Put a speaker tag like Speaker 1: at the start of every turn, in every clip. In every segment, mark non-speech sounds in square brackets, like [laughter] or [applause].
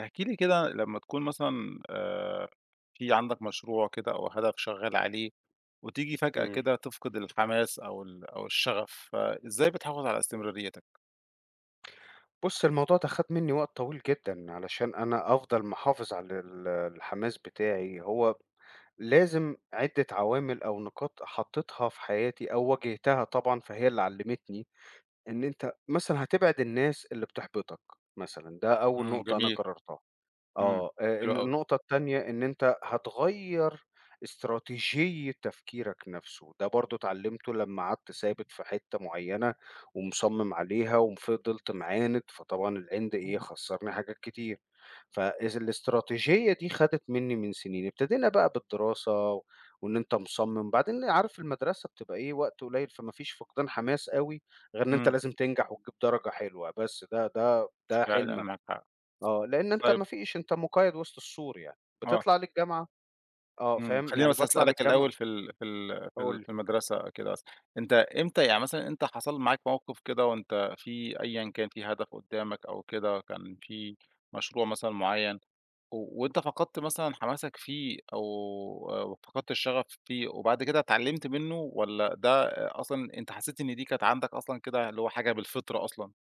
Speaker 1: احكِ لي كده لمّا تكون مثلًا في عندك مشروع كده أو هدف شغّال عليه، وتيجي فجأة
Speaker 2: إمم.
Speaker 1: كده تفقد الحماس أو الشغف، فإزاي بتحافظ على استمراريتك؟
Speaker 2: بُص، الموضوع ده خَد منّي وقت طويل جدًا علشان أنا أفضل محافظ على الحماس بتاعي، هو لازم عِدّة عوامل أو نقاط حطّيتها في حياتي أو واجهتها طبعًا، فهي اللي علّمتني إن أنت مثلًا هتبعد الناس اللي بتحبطك مثلًا، ده أول
Speaker 1: إمم،
Speaker 2: نقطة أنا
Speaker 1: جميل،
Speaker 2: قررتها.
Speaker 1: إمم، حلو
Speaker 2: إن
Speaker 1: أوي،
Speaker 2: النقطة التانية إن أنت هتغيّر استراتيجية تفكيرك نَفْسه، ده برضه اتعلّمته لمّا قعدت ثابت في حتّة معيّنة ومصمّم عليها وفضلت معاند، فطبعًا العِند إيه،
Speaker 1: إمم،
Speaker 2: خسّرني حاجات كتير. فإذ الاستراتيجية دي خدت منّي من سنين، ابتدينا بقى بالدراسة و- وإن أنت مصمّم، بعدين عارف المدرسة بتبقى إيه، وقت قليّل فما فيش فقدان حماس أوي غير إن أنت
Speaker 1: إمم،
Speaker 2: لازم تنجح وتجيب درجة حلوة، بس ده
Speaker 1: فعلًا
Speaker 2: حلمك.
Speaker 1: معاك حق.
Speaker 2: آه، لإن أنت
Speaker 1: طيب
Speaker 2: ما فيش أنت مقيّد وسط السور يعني،
Speaker 1: آه،
Speaker 2: بتطلع للجامعة آه،
Speaker 1: إمم،
Speaker 2: فاهم،
Speaker 1: خلّيني
Speaker 2: يعني
Speaker 1: بس
Speaker 2: باطلع
Speaker 1: أسألك
Speaker 2: للجامعة.
Speaker 1: الأول
Speaker 2: قُل لي.
Speaker 1: في المدرسة كده مثلًا، أنت إمتى يعني مثلًا أنت حصل معاك موقف كده وأنت في أيًا كان في هدف قدّامك أو كده، كان في مشروع مثلًا معيّن و وأنت فقدت مثلًا حماسك فيه أو فقدت الشغف فيه وبعد كده اتعلمت منه والّا ده أصلًا أنت حسيت إن دي كانت عندك أصلًا كده اللي هو حاجة بالفطرة أصلًا؟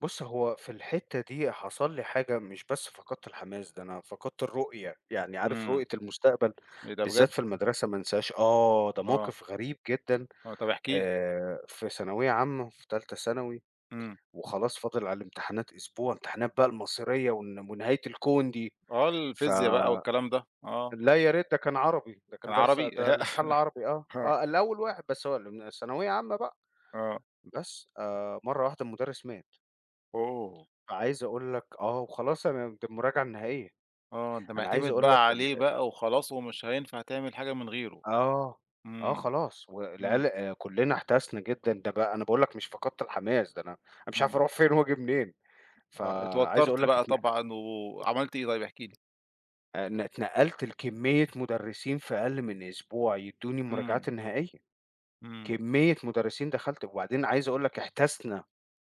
Speaker 2: بُص، هو في الحتّة دي حصل لي حاجة مش بس فقدت الحماس، ده أنا فقدت الرؤية، يعني عارف
Speaker 1: إمم.
Speaker 2: رؤية المستقبل
Speaker 1: إيه ده
Speaker 2: بالذات
Speaker 1: بجد؟
Speaker 2: في المدرسة ما انساهاش. آه، ده
Speaker 1: آه.
Speaker 2: موقف غريب جدًا.
Speaker 1: آه. طب احكِ لي.
Speaker 2: في ثانوية عامة في تالتة ثانوي
Speaker 1: إمم.
Speaker 2: وخلاص فاضل على الامتحانات أسبوع، امتحانات بقى المصيرية ون ونهاية الكون دي،
Speaker 1: آه
Speaker 2: ف
Speaker 1: الفيزيا بقى والكلام ده. آه.
Speaker 2: لا يا ريت ده كان عربي، ده كان
Speaker 1: كان
Speaker 2: درس
Speaker 1: عربي؟
Speaker 2: ده الامتحان العربي
Speaker 1: [laughs]
Speaker 2: آه،
Speaker 1: آه.
Speaker 2: آه الأول واحد بس هو ال ثانوية عامة بقى،
Speaker 1: آه.
Speaker 2: بس مرّة واحدة المدرس مات،
Speaker 1: أوه!
Speaker 2: فعايز أقول لك آه وخلاص أنا دي المراجعة النهائية،
Speaker 1: آه. أنت
Speaker 2: أنا عايز
Speaker 1: معتمد
Speaker 2: أقول لك
Speaker 1: بقى عليه
Speaker 2: ال
Speaker 1: بقى وخلاص ومش هينفع تعمل حاجة من غيره.
Speaker 2: آه، آه
Speaker 1: إمم.
Speaker 2: خلاص
Speaker 1: إمم.
Speaker 2: والعيال كلّنا احتسنا جدًا، ده بقى أنا باقول لك مش فقدت الحماس، ده أنا مش عارف
Speaker 1: إمم.
Speaker 2: أروح فين وآجي منين،
Speaker 1: آه.
Speaker 2: فعايز
Speaker 1: اتوترت
Speaker 2: أقول لك
Speaker 1: بقى
Speaker 2: اتن
Speaker 1: طبعًا وعملت إيه طيب احكِ لي؟
Speaker 2: اتنقلت لكمية مدرسين في أقل من أسبوع يدّوني
Speaker 1: إمم.
Speaker 2: المراجعات النهائية،
Speaker 1: إمم.
Speaker 2: كمية مدرسين دخلت وبعدين عايز أقول لك احتسنا.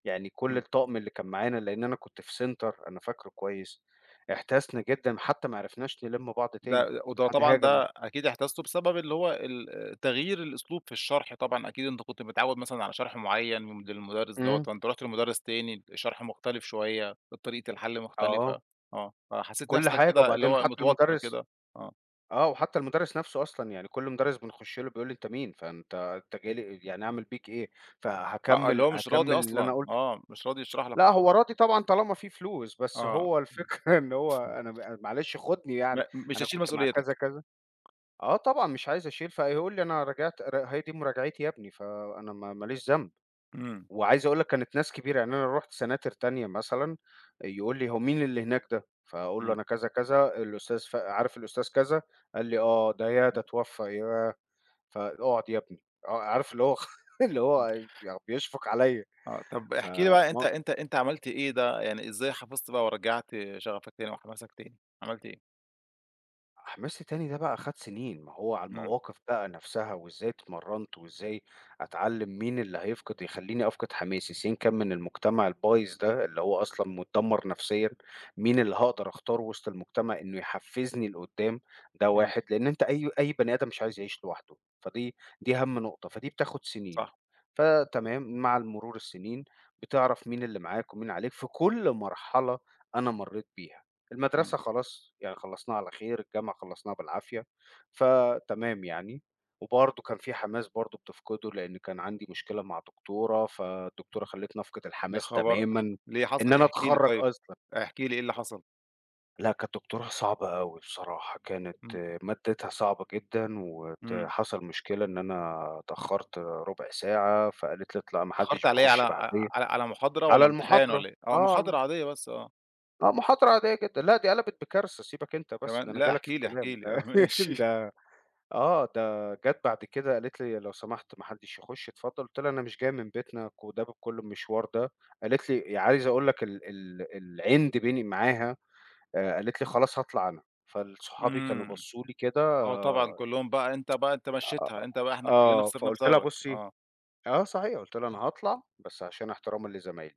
Speaker 2: يعني كل
Speaker 1: إمم.
Speaker 2: الطقم اللي كان معانا لأن أنا كنت في سنتر أنا فاكره كويس، احتسنا جدًا حتى ما عرفناش نلم بعض تاني،
Speaker 1: ده وده
Speaker 2: حد
Speaker 1: طبعًا
Speaker 2: هاجم ع
Speaker 1: ده أكيد احتجته بسبب اللي هو ال تغيير الأسلوب في الشرح طبعًا، أكيد أنت كنت متعوّد مثلًا على شرح معيّن للمدرس دوّة،
Speaker 2: إمم،
Speaker 1: فأنت رُحت لمدرس تاني شرح مختلف شوية، طريقة الحل
Speaker 2: آه،
Speaker 1: مختلفة، آه، فحسيت
Speaker 2: كل
Speaker 1: نفْسك
Speaker 2: حاجة
Speaker 1: كده اللي
Speaker 2: وبعدين
Speaker 1: هو
Speaker 2: حتى
Speaker 1: متوتر
Speaker 2: المدرس
Speaker 1: كده، آه،
Speaker 2: آه، وحتى المدرس نفسه أصلًا يعني كل مدرس بنخش له بيقول لي: "أنت مين؟ فأنت جاي لي يعني أعمل بيك إيه؟"
Speaker 1: آه، آه، اللي
Speaker 2: فهاكمّل
Speaker 1: هو مش راضي
Speaker 2: هاكمّل اللي أنا
Speaker 1: أصلًا،
Speaker 2: قُلته،
Speaker 1: آه، مش راضي يشرح لك
Speaker 2: لأ
Speaker 1: أصلًا،
Speaker 2: هو راضي طبعًا طالما في فلوس، بس
Speaker 1: آه،
Speaker 2: هو الفكرة [laughs] إن هو
Speaker 1: إمم،
Speaker 2: أنا ب معلش خُدني يعني،
Speaker 1: مش
Speaker 2: أنا
Speaker 1: هاشيل
Speaker 2: كنت مع كذا،
Speaker 1: مسؤوليتك،
Speaker 2: كذا. آه طبعًا مش عايز أشيل، فهيقول لي أنا راجعت ر هي دي مراجعتي يا ابني، فأنا ما ليش ذنب،
Speaker 1: إمم،
Speaker 2: وعايز أقول لك كانت ناس كبيرة، يعني أنا رُحت سناتر تانية مثلًا يقول لي: "هو مين اللي هناك ده؟" فأقول له:
Speaker 1: إمم،
Speaker 2: "أنا كذا، كذا، الأستاذ ف عارف الأستاذ كذا؟" قال لي: "آه، ده ياه! ده اتوفى، ياه! فاقعد يا ابني." آه، عارف اللي هو [laughs] اللي
Speaker 1: إمم،
Speaker 2: هو بيشفق عليَّ،
Speaker 1: آه، طب
Speaker 2: ف
Speaker 1: احكِ لي بقى أنت
Speaker 2: م
Speaker 1: أنت أنت عملت إيه ده، يعني إزاي حافظت بقى ورجّعت شغفك تاني وحماسك تاني، عملت إيه؟
Speaker 2: حماسي تاني ده بقى خد سنين، ما هو على
Speaker 1: إمم.
Speaker 2: المواقف بقى نفسها وإزاي اتمرّنت وإزاي أتعلّم مين اللي هيفقد يخلّيني أفقد حماسي، سين كان من المجتمع البايظ ده اللي هو أصلًا متدمّر نفسيًا، مين اللي هاقدر أختاره وسط المجتمع إنه يحفّزني لقدّام، ده
Speaker 1: إمم،
Speaker 2: واحد، لإن أنت أي بني آدم مش عايز يعيش لوحده، فدي دي أهم نقطة، فدي بتاخد سنين،
Speaker 1: صح،
Speaker 2: فتمام مع مرور السنين بتعرف مين اللي معاك ومين عليك في كل مرحلة أنا مرّيت بيها.
Speaker 1: إمم،
Speaker 2: المدرسة خلاص يعني خلّصناها على خير، الجامعة خلّصناها بالعافية، فتمام يعني. وبرضه كان في حماس برضه بتفقده، لإن كان عندي مشكلة مع دكتورة، فالدكتورة خلّتني أفقد
Speaker 1: يا
Speaker 2: الحماس
Speaker 1: خبر!
Speaker 2: تمامًا
Speaker 1: ليه حصل
Speaker 2: إن
Speaker 1: إيه؟
Speaker 2: أنا
Speaker 1: احكِ لي
Speaker 2: أتخرّج
Speaker 1: طيب،
Speaker 2: أصلًا.
Speaker 1: احكِ لي إيه اللي حصل؟
Speaker 2: لأ، كانت دكتورة صعبة أوي بصراحة، كانت
Speaker 1: إمم،
Speaker 2: آه، مادتها صعبة جدًا
Speaker 1: إمم،
Speaker 2: حصل مشكلة إن أنا اتأخرت ربع ساعة، فقالت لي: "اطلع ما
Speaker 1: اتأخرت
Speaker 2: حدش
Speaker 1: على إيه
Speaker 2: بيخش بعديّا."
Speaker 1: على محاضرة والّا
Speaker 2: على
Speaker 1: امتحان
Speaker 2: المحاضرة،
Speaker 1: والّا إيه؟
Speaker 2: آه،
Speaker 1: آه،
Speaker 2: على
Speaker 1: محاضرة
Speaker 2: الم
Speaker 1: عادية بس آه،
Speaker 2: آه، محاضرة عادية جدًا، لأ دي قلبت بكارثة، سيبك أنت بس،
Speaker 1: تمام،
Speaker 2: ده أنا
Speaker 1: لأ
Speaker 2: جاي لك
Speaker 1: احكِ
Speaker 2: في
Speaker 1: لي، احكِ
Speaker 2: الكلام
Speaker 1: لي، آه [laughs] ماشي،
Speaker 2: [laughs] ده. آه، ده جات بعد كده قالت لي: "لو سمحت ما حدش يخش، اتفضل." قُلت لها: "أنا مش جاية من بيتنا ك ده بكل المشوار ده." قالت لي عايز أقول لك ال ال العِند بيني معاها. قالت لي: "خلاص هاطلع أنا." صحابي كانوا
Speaker 1: إمم،
Speaker 2: بصّوا لي كده
Speaker 1: آه طبعًا كلّهم بقى أنت بقى أنت
Speaker 2: آه،
Speaker 1: مشيتها، أنت بقى إحنا كلّنا
Speaker 2: آه،
Speaker 1: خسرنا
Speaker 2: فقُلت لها:
Speaker 1: بسببك،
Speaker 2: "بُصّي"
Speaker 1: آه،
Speaker 2: آه صحيح، قُلت لها: "أنا هاطلع بس عشان احترامًا لزمايلي."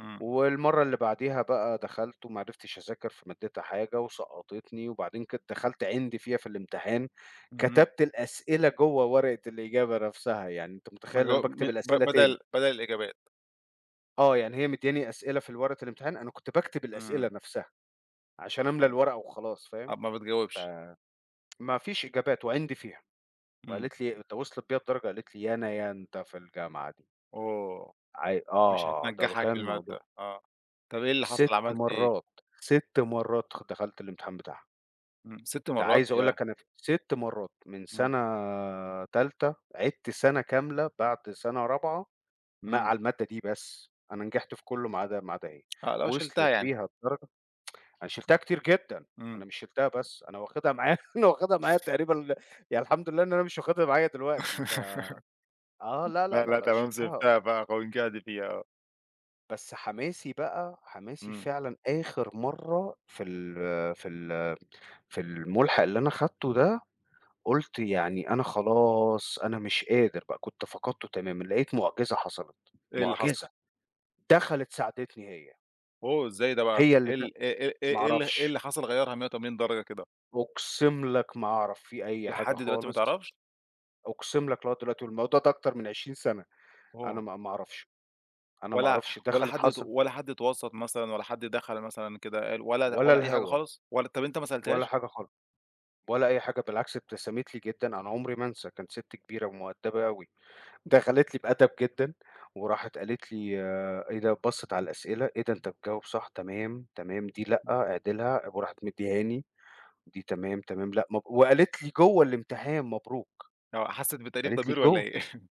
Speaker 1: إمم،
Speaker 2: والمرّة اللي بعديها بقى دخلت وما عرفتش أذاكر فمادتها حاجة وسقّطتني، وبعدين كنت دخلت عِند فيها في الامتحان،
Speaker 1: إمم،
Speaker 2: كتبت الأسئلة جوّه ورقة الإجابة نفسها، يعني أنت
Speaker 1: ما
Speaker 2: متخيّل
Speaker 1: جاو
Speaker 2: أنا
Speaker 1: م
Speaker 2: باكتب
Speaker 1: ب
Speaker 2: الأسئلة
Speaker 1: بدل
Speaker 2: تاني؟
Speaker 1: بدل الإجابات،
Speaker 2: آه، يعني هي مدّياني أسئلة في ورقة الامتحان، أنا كنت باكتب الأسئلة
Speaker 1: إمم،
Speaker 2: نفسها عشان أملى الورقة وخلاص فاهم؟
Speaker 1: طب ما بتجاوبش،
Speaker 2: فما فيش إجابات وعِند فيها،
Speaker 1: إمم،
Speaker 2: وقالت لي ده وصلت بيّا الدرجة قالت لي: "يا أنا يا أنت في الجامعة دي."
Speaker 1: أوه! مش
Speaker 2: آه، ده
Speaker 1: هتنجحك
Speaker 2: كان
Speaker 1: المادة،
Speaker 2: موضوع.
Speaker 1: آه، طب إيه اللي حصل
Speaker 2: 6
Speaker 1: عملت إيه؟
Speaker 2: مرّات، 6 مرّات دخلت الامتحان بتاعها.
Speaker 1: إمم، 6
Speaker 2: ده
Speaker 1: مرات؟
Speaker 2: عايز أقول
Speaker 1: يا
Speaker 2: لك أنا ف 6 مرّات من
Speaker 1: إمم،
Speaker 2: سَنة تالتة عِدت سَنة كاملة بعد سَنة رابعة
Speaker 1: إمم،
Speaker 2: على المادة دي بس، أنا نجحت في كُلّه ما عدا هي،
Speaker 1: آه، لو شِلتها
Speaker 2: وصلت
Speaker 1: يعني،
Speaker 2: بيها الدرجة. أنا شِلتها كتير جدًا،
Speaker 1: إمم،
Speaker 2: أنا مش شِلتها بس، أنا واخدها معايا [laughs] أنا واخدها معايا تقريبًا. يعني الحمد لله إن أنا مش واخدها معايا دلوقتي. ف
Speaker 1: [laughs]
Speaker 2: آه، لا، لا،
Speaker 1: لأ،
Speaker 2: لا،
Speaker 1: لأ،
Speaker 2: لأ
Speaker 1: تمام
Speaker 2: شِلتها.
Speaker 1: سِبتها بقى ووجعتِ فيها آه،
Speaker 2: بس حماسي بقى، حماسي
Speaker 1: إمم،
Speaker 2: فعلًا آخر مرّة في ال في ال في المُلحق اللي أنا خدته ده قُلت يعني أنا خلاص، أنا مش قادر بقى، كنت فقدته تمامًا، لقيت مُعجزة حصلت،
Speaker 1: إيه اللي حصل؟
Speaker 2: مُعجزة، دخلت ساعدتني هي،
Speaker 1: أوه! إزاي ده بقى؟
Speaker 2: هي اللي
Speaker 1: إيه
Speaker 2: ك
Speaker 1: ال إيه إيه إيه
Speaker 2: ما
Speaker 1: إيه ال إيه
Speaker 2: أعرفش،
Speaker 1: اللي حصل غيّرها 180 درجة كده؟
Speaker 2: أقسم لك ما أعرف فيه أي حاجة
Speaker 1: لحد دلوقتي ما
Speaker 2: خالص،
Speaker 1: تعرفش؟
Speaker 2: أقسم لك لغاية دلوقتي والموضوع ده أكتر من 20 سَنة، أنا
Speaker 1: أوه!
Speaker 2: ما ما أعرفش، أنا ما
Speaker 1: ولا
Speaker 2: أعرفش
Speaker 1: ولا
Speaker 2: دخلت
Speaker 1: حد ت
Speaker 2: حصل
Speaker 1: ولا حد اتوسّط مثلًا ولا حد دخل مثلًا كده قال ولا
Speaker 2: ولا
Speaker 1: ولا أي حاجة
Speaker 2: الهوا
Speaker 1: خالص؟ ولا طَب أنت ما
Speaker 2: ولا
Speaker 1: سألتهاش؟
Speaker 2: حاجة خالص، ولا أي حاجة، بالعكس ابتسمِت لي جدًا، أنا عمري ما أنسى، كانت سِت كبيرة ومؤدبة أوي.
Speaker 1: إمم،
Speaker 2: دخلت لي بأدب جدًا، وراحت قالت لي آه، إيه ده بصّت على الأسئلة، إيه ده أنت بتجاوب صح تمام، تمام، دي لأ،
Speaker 1: إمم.
Speaker 2: اعدلها، وراحت مدّيهاني، دي تمام، تمام، لأ مب وقالت لي جوّه الامتحان مبروك،
Speaker 1: آه، حسّت بتأنيب
Speaker 2: قالت لي
Speaker 1: ضمير والّا
Speaker 2: جوّه،
Speaker 1: إيه؟ [laughs]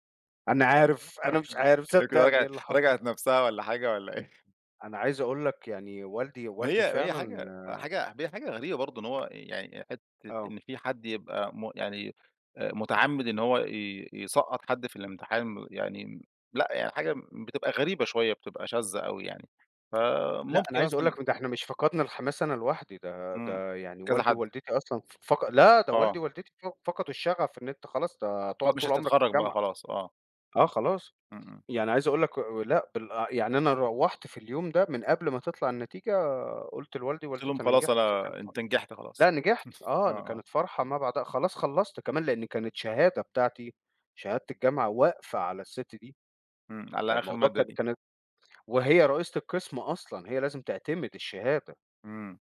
Speaker 2: أنا عارف، أنا مش عارف
Speaker 1: يمكن
Speaker 2: صدّقني إيه اللي حصل،
Speaker 1: راجعت نَفْسها والّا حاجة والّا إيه؟
Speaker 2: أنا عايز أقول لك يعني والدي
Speaker 1: ما
Speaker 2: والدي
Speaker 1: هي ما هي
Speaker 2: فعلًا
Speaker 1: حاجة حاجة هي حاجة غريبة برضه إن هو يعني حتّة
Speaker 2: آه،
Speaker 1: إن في حد يبقى يعني متعمِّد إن هو يسقّط حد في الامتحان يعني لأ، يعني حاجة بتبقى غريبة شوية، بتبقى شاذة أوي يعني.
Speaker 2: لأ أنا
Speaker 1: فممكن
Speaker 2: عايز أقول لك
Speaker 1: مثلًا
Speaker 2: ده إحنا مش فقدنا الحماس أنا لوحدي، ده
Speaker 1: إمم،
Speaker 2: ده يعني
Speaker 1: كذا
Speaker 2: والدي
Speaker 1: حد
Speaker 2: ووالدتي أصلًا ف فق لا ده والدي
Speaker 1: آه،
Speaker 2: ووالدتي فقدوا الشغف إن أنت خلاص ده هتقعد
Speaker 1: مش
Speaker 2: طول عمرك في
Speaker 1: هتتخرّج بقى
Speaker 2: الجامعة،
Speaker 1: خلاص آه،
Speaker 2: آه خلاص.
Speaker 1: إمم، إمم.
Speaker 2: يعني عايز أقول لك لأ بال آه، يعني أنا روّحت في اليوم ده من قبل ما تطلع النتيجة قُلت لوالدي
Speaker 1: قُلت لهم:
Speaker 2: ووالدتي أنا
Speaker 1: "خلاص
Speaker 2: نجحت، فكان
Speaker 1: أنا
Speaker 2: ف
Speaker 1: أنت نجحت
Speaker 2: لأ
Speaker 1: خلاص."
Speaker 2: نجحت
Speaker 1: آه،
Speaker 2: آه،
Speaker 1: آه،
Speaker 2: كانت فرحة ما بعدها خلاص خلّصت كمان لإن كانت شهادة بتاعتي، شهادة الجامعة واقفة على الست دي،
Speaker 1: إمم،
Speaker 2: ده
Speaker 1: على آخر
Speaker 2: الموضوع
Speaker 1: مادة
Speaker 2: كان
Speaker 1: دي.
Speaker 2: كانت وهي رئيسة القسم أصلًا، هي لازم تعتمد الشهادة،
Speaker 1: إمم.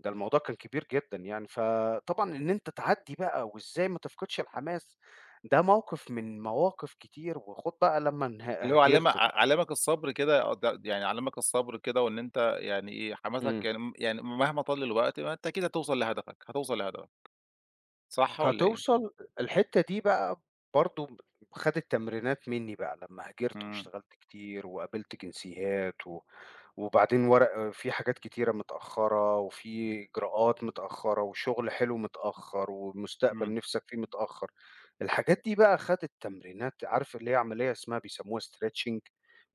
Speaker 2: ده الموضوع كان كبير جدًا يعني، فطبعًا إن أنت تعدّي بقى وإزاي ما تفقدش الحماس، ده موقف من مواقف كتير وخُد بقى لمّا انه
Speaker 1: اللي هو علّمها
Speaker 2: هاجرت
Speaker 1: ع
Speaker 2: بقى.
Speaker 1: علّمك الصبر كده آه، ده يعني علّمك الصبر كده وإن أنت يعني إيه، حماسك
Speaker 2: إمم.
Speaker 1: يعني يعني مهما طال الوقت ما أنت أكيد هتوصل لهدفك، هتوصل لهدفك، صح آه. والّا إيه؟
Speaker 2: هتوصل. الحتّة دي بقى برضه خدِت تمرينات منّي بقى لمّا هاجرت
Speaker 1: إمم،
Speaker 2: واشتغلت كتير وقابلت جنسيات و وبعدين ورق في حاجات كتيرة متأخّرة وفي إجراءات متأخّرة وشغل حلو متأخّر
Speaker 1: إمم.
Speaker 2: ومستقبل نِفْسك فيه متأخّر. الحاجات دي بقى خدِت تمرينات عارف اللي هي عملية اسمها بيسموها stretching،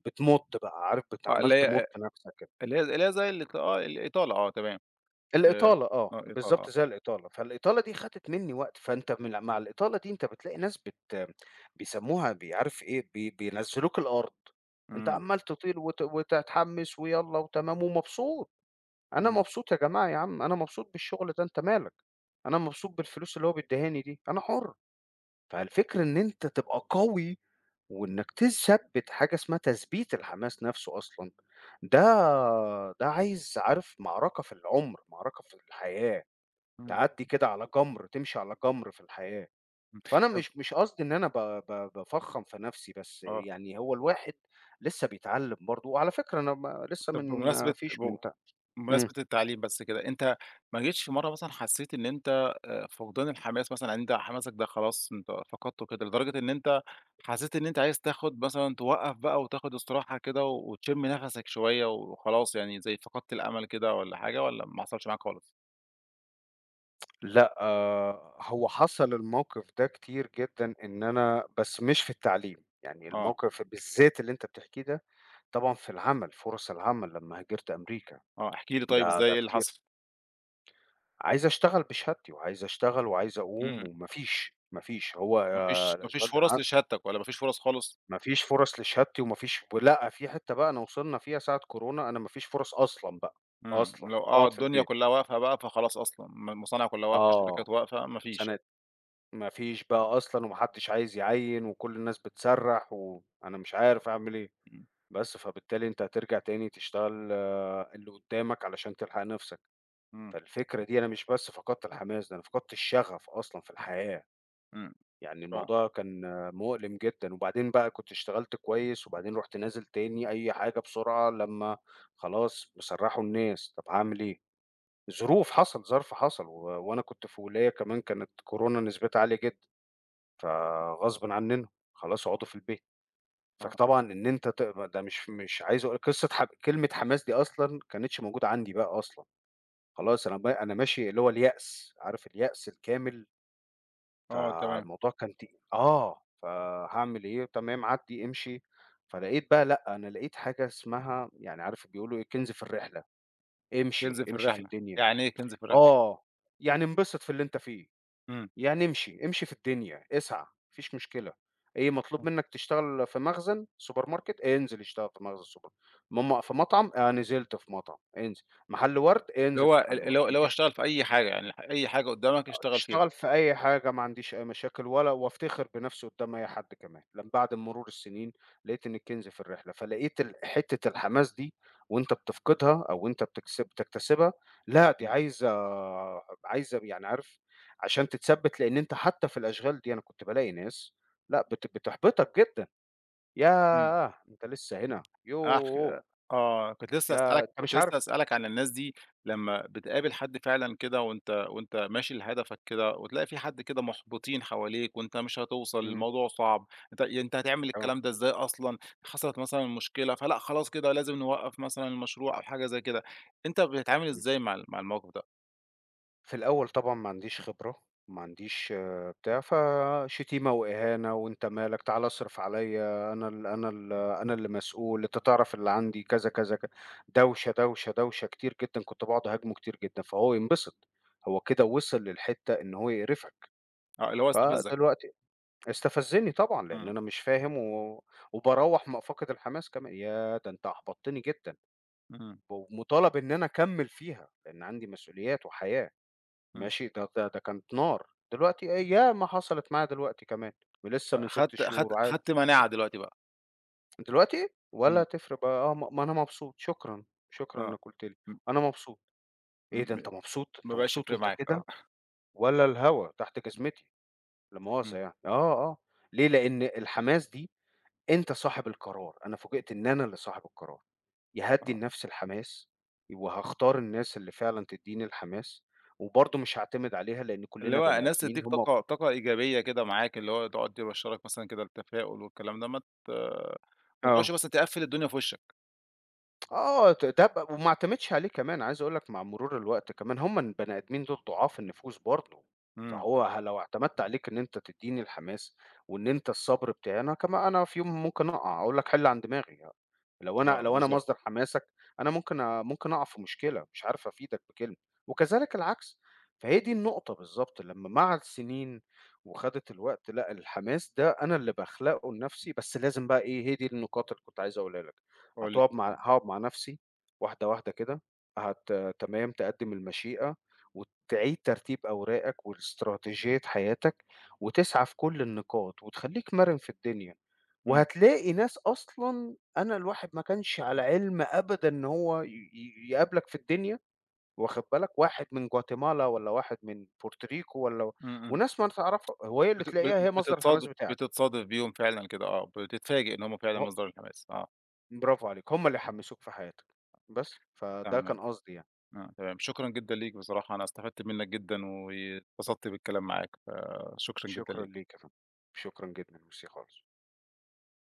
Speaker 2: بتمُط بقى، عارف
Speaker 1: آه،
Speaker 2: عمّال
Speaker 1: اللي
Speaker 2: تمُط
Speaker 1: هي
Speaker 2: نَفْسك
Speaker 1: اللي هي اللي هي زي الإطالة آه، تمام. آآ،
Speaker 2: الإطالة آه،
Speaker 1: آه، إطالة آه.
Speaker 2: بالضبط زي الإطالة، فالإطالة دي خدت منّي وقت، فأنت مع الإطالة دي أنت بتلاقي ناس بيسموها عارف إيه، بي بينزّلوك الأرض، أنت
Speaker 1: إمم،
Speaker 2: عمّال تطير وت وتتحمّس ويالّا وتمام ومبسوط، أنا
Speaker 1: إمم،
Speaker 2: مبسوط يا جماعة يا عم، أنا مبسوط بالشغل ده أنت مالك، أنا مبسوط بالفلوس اللي هو بيدّيهاني دي، أنا حُر، فالفكرة إن أنت تبقى قوي وإنّك تثبّت حاجة اسمها تثبيت الحماس نَفْسه أصلًا، ده ده عايز عارف معركة في العُمر، معركة في الحياة.
Speaker 1: إمم،
Speaker 2: تعدّي كده على جَمْر، تمشي على جَمْر في الحياة.
Speaker 1: إمم.
Speaker 2: فأنا
Speaker 1: طب
Speaker 2: مش مش قصدي إن أنا ب ب بافخّم في نَفْسي، بس
Speaker 1: آه،
Speaker 2: يعني هو الواحد لسه بيتعلّم برضه، وعلى فكرة أنا ما لسه
Speaker 1: طب
Speaker 2: من ما فيش من تا إمم.
Speaker 1: بمناسبة التعليم بس كده، أنت ما جيتش في مرّة مثلًا حسّيت إن أنت فقدان الحماس مثلًا، يعني أنت حماسك ده خلاص أنت فقدته كده، لدرجة إن أنت حسّيت إن أنت عايز تاخد مثلًا توقّف بقى وتاخد استراحة كده وتشم نَفَسك شوية وخلاص يعني زي فقدت الأمل كده والّا حاجة والّا ما حصلش معاك خالص؟
Speaker 2: لأ، آه، هو حصل الموقِف ده كتير جدًا إن أنا بس مش في التعليم، يعني
Speaker 1: آه،
Speaker 2: الموقِف بالذات اللي أنت بتحكيه ده، طبعًا في العمل، فرص العمل لمّا هاجرت أمريكا،
Speaker 1: آه، احكِ لي طيب
Speaker 2: ده
Speaker 1: إزاي
Speaker 2: ده
Speaker 1: إيه اللي
Speaker 2: كتير.
Speaker 1: حصل؟
Speaker 2: عايز أشتغل بشهادتي وعايز أشتغل وعايز أقوم
Speaker 1: إمم،
Speaker 2: وما فيش، ما فيش. هو
Speaker 1: ما
Speaker 2: آه،
Speaker 1: فيش ما فيش
Speaker 2: الأشغال ده أنا
Speaker 1: فرص
Speaker 2: ع
Speaker 1: لشهادتك والّا ما فيش فرص خالص؟
Speaker 2: ما فيش فرص لشهادتي وما فيش ولأ، في حتّة بقى أنا وصلنا فيها ساعة كورونا، أنا ما فيش فرص أصلًا بقى،
Speaker 1: إمم،
Speaker 2: أصلًا،
Speaker 1: لو آه،
Speaker 2: أقعد في
Speaker 1: الدنيا
Speaker 2: البيت.
Speaker 1: كلّها واقفة بقى فخلاص أصلًا، المصانع كلّها واقفة،
Speaker 2: آه،
Speaker 1: الشركات واقفة، ما فيش.
Speaker 2: سنة ما فيش بقى أصلًا وما حدّش عايز يعيّن وكل الناس بتسرّح وأنا مش عارف أعمل إيه،
Speaker 1: إمم،
Speaker 2: بس فبالتالي أنت هترجع تاني تشتغل آه، اللي قدّامك علشان تلحق نَفْسك،
Speaker 1: إمم،
Speaker 2: فالفكرة دي أنا مش فقدت الحماس، ده أنا فقدت الشغف أصلًا في الحياة.
Speaker 1: إمم،
Speaker 2: يعني
Speaker 1: ف
Speaker 2: الموضوع كان مؤلم جدًا، وبعدين بقى كنت اشتغلت كويس، وبعدين رُحت نازل تاني أي حاجة بسرعة لمّا خلاص بيسرّحوا الناس، طب هاعمل إيه؟ ظروف حصل، ظرف حصل، وأنا كنت في ولاية كمان كانت كورونا نسبتها عالية جدًا، فغصبٍ عننا خلاص اقعدوا في البيت،
Speaker 1: آه.
Speaker 2: فطبعًا إن أنت تقبل ده مش عايز أقول قصة كلمة حماس دي أصلًا ما كانتش موجودة عندي بقى أصلًا، خلاص أنا ماشي اللي هو اليأس، عارف اليأس الكامل؟
Speaker 1: آه تمام،
Speaker 2: فالموضوع كان آه، فهاعمل إيه، تمام عدّي، امشي، فلقيت بقى لأ، أنا لقيت حاجة اسمها يعني عارف بيقولوا إيه، كنز في الرحلة،
Speaker 1: كنز
Speaker 2: امشي،
Speaker 1: في
Speaker 2: امشي في
Speaker 1: الرحلة،
Speaker 2: الدنيا،
Speaker 1: يعني إيه كنز في الرحلة؟
Speaker 2: آه، يعني انبسط في اللي أنت فيه،
Speaker 1: إمم،
Speaker 2: يعني امشي، امشي في الدنيا، اسعى، ما فيش مشكلة، إيه مطلوب
Speaker 1: إمم،
Speaker 2: منك تشتغل في مخزن سوبر ماركت، انزل اشتغل في مخزن سوبر م م في مطعم، نزلت في مطعم، انزل، محل ورد،
Speaker 1: اللي
Speaker 2: انزل في
Speaker 1: هو ال
Speaker 2: محل ورد،
Speaker 1: اللي هو
Speaker 2: ما
Speaker 1: اللي هو
Speaker 2: فيش
Speaker 1: اشتغل في أي حاجة، يعني أي حاجة قدّامك اشتغل فيها،
Speaker 2: اشتغل في أي حاجة ما عنديش أي مشاكل ولا وأفتخر بنفسي قدّام أي حد كمان، لم بعد مرور السنين لقيت إن الكنز في الرحلة، فلقيت حتّة الحماس دي وأنت بتفقدها أو وأنت بتكتسبها، لأ دي
Speaker 1: إمم،
Speaker 2: عايزة عايزة يعني عارف عشان تتثبّت لإن أنت حتّى في الأشغال دي أنا كنت بالاقي ناس لأ بت بتحبطك جدًا،
Speaker 1: إمم،
Speaker 2: ياه! أنت لسه هنا،
Speaker 1: أح
Speaker 2: يوه!
Speaker 1: آه،
Speaker 2: يا أنت
Speaker 1: كنت
Speaker 2: مش عارف
Speaker 1: لسه هاسألك عن الناس دي لمّا بتقابل حد فعلًا كده وأنت ماشي لهدفك كده وتلاقي في حد كده محبطين حواليك وأنت مش هتوصل،
Speaker 2: إمم،
Speaker 1: الموضوع صعب، أنت هتعمل
Speaker 2: آه،
Speaker 1: الكلام ده إزاي أصلًا، حصلت مثلًا مشكلة فلأ خلاص كده لازم نوقّف مثلًا المشروع أو حاجة زي كده، أنت بتتعامل
Speaker 2: إمم.
Speaker 1: إزاي مع الموقف ده؟
Speaker 2: في الأول طبعًا ما عنديش خبرة، ما عنديش آه، بتاع، فشتيمة وإهانة وأنت مالك، تعالَ اصرف عليّا، أنا اللي مسؤول، أنت تعرف اللي عندي كذا، كذا، ك دوشة، دوشة، دوشة كتير جدًا، كنت باقعد أهاجمه كتير جدًا، فهو ينبسط، هو كده وصل للحتة إن هو يقرفك،
Speaker 1: آه، اللي هو استفزك؟
Speaker 2: فدلوقتي استفزني طبعًا، لإن
Speaker 1: إمم.
Speaker 2: أنا مش فاهم وباروّح فاقد الحماس كمان، ياه! ده أنت أحبطتني جدًا،
Speaker 1: إمم،
Speaker 2: ومطالب إن أنا أكمّل فيها، لإن عندي مسؤوليات وحياة.
Speaker 1: إمم،
Speaker 2: ماشي؟ ده كانت نار، دلوقتي ياما حصلت معايا دلوقتي كمان، ولسه من 6
Speaker 1: فأخدت أخدت
Speaker 2: شهور عادي،
Speaker 1: أخدت مناعة دلوقتي بقى،
Speaker 2: دلوقتي
Speaker 1: إمم،
Speaker 2: ولا تفرق بقى آه، ما أنا مبسوط، شكرًا، شكرًا
Speaker 1: آه،
Speaker 2: إنك قُلت لي،
Speaker 1: م
Speaker 2: أنا مبسوط، إيه ده
Speaker 1: م
Speaker 2: أنت مبسوط! أنت
Speaker 1: ما بقاش
Speaker 2: مبسوط
Speaker 1: يفرق
Speaker 2: وأنت
Speaker 1: معاك آه،
Speaker 2: كده! ولا الهوا تحت جزمتي، لا
Speaker 1: إمم،
Speaker 2: مؤاخذة يعني، آه، آه، ليه؟ لأن الحماس دي أنت صاحب القرار، أنا فوجئت إن أنا اللي صاحب القرار، يا هادّي
Speaker 1: آه،
Speaker 2: لنفسي الحماس وهاختار الناس اللي فعلًا تدّيني الحماس، وبرضه مش هاعتمد عليها لأن
Speaker 1: اللي
Speaker 2: كلّنا
Speaker 1: هو
Speaker 2: بني
Speaker 1: الناس
Speaker 2: آدمين
Speaker 1: تدّيك
Speaker 2: هم
Speaker 1: طاقة إيجابية كده معاك، اللي هو تقعد يبشّرك مثلًا كده بالتفاؤل والكلام ده، ما تقعدش
Speaker 2: آه.
Speaker 1: مثلًا تقفّل الدنيا في وشّك،
Speaker 2: آه، ت ده ب وما اعتمدش عليه كمان، عايز أقول لك مع مرور الوقت كمان هم البني آدمين دول ضعاف النفوس برضه،
Speaker 1: إمم،
Speaker 2: فهو ه لو اعتمدت عليك إن أنت تدّيني الحماس وإن أنت الصبر بتاعي، أنا كما أنا في يوم ممكن أقع، أقول لك حِل عن دماغي، لو أنا
Speaker 1: آه
Speaker 2: لو أنا
Speaker 1: بالضبط،
Speaker 2: مصدر حماسك أنا ممكن أقع في مشكلة، مش عارف أفيدك بكلمة، وكذلك العكس، فهي دي النقطة بالضبط، لمّا مع السنين وخدت الوقت لأ، الحماس ده أنا اللي باخلقه لنفسي،
Speaker 1: إمم،
Speaker 2: بس لازم بقى إيه، هي دي النقاط اللي كنت عايز أقولها لك.
Speaker 1: قُل لي،
Speaker 2: هتقعد مع هاقعد مع نفسي واحدة، واحدة كده، هت تمام، تقدِّم المشيئة وتعيد ترتيب أوراقك واستراتيجية حياتك وتسعى في كل النقاط وتخلّيك مَرِن في الدنيا،
Speaker 1: إمم،
Speaker 2: وهتلاقي ناس أصلًا أنا الواحد ما كانش على علم أبدًا إن هو ي ي يقابلك في الدنيا واخد بالك، واحد من جواتيمالا والّا واحد من بورتوريكو والّا
Speaker 1: إمم، إمم،
Speaker 2: وناس ما تعرفها، وهي اللي
Speaker 1: بت بت
Speaker 2: تلاقيها هي مصدر الحماس
Speaker 1: بتتصادف
Speaker 2: بتاعك،
Speaker 1: بتتصادف بيهم فعلًا كده آه، بتتفاجئ إن هُم فعلًا
Speaker 2: و
Speaker 1: مصدر الحماس، آه،
Speaker 2: برافو عليك، هم اللي
Speaker 1: إمم،
Speaker 2: يحمّسوك في حياتك، بس، فده
Speaker 1: تمام.
Speaker 2: كان قصدي يعني.
Speaker 1: آه، تمام. شكرًا جدًا ليك بصراحة، أنا استفدت منّك جدًا واتبسطت بالكلام معاك، فشكرًا جدًا
Speaker 2: شكرًا ليك
Speaker 1: ليك.
Speaker 2: يا فندم، شكرًا جدًا، ميرسي خالص.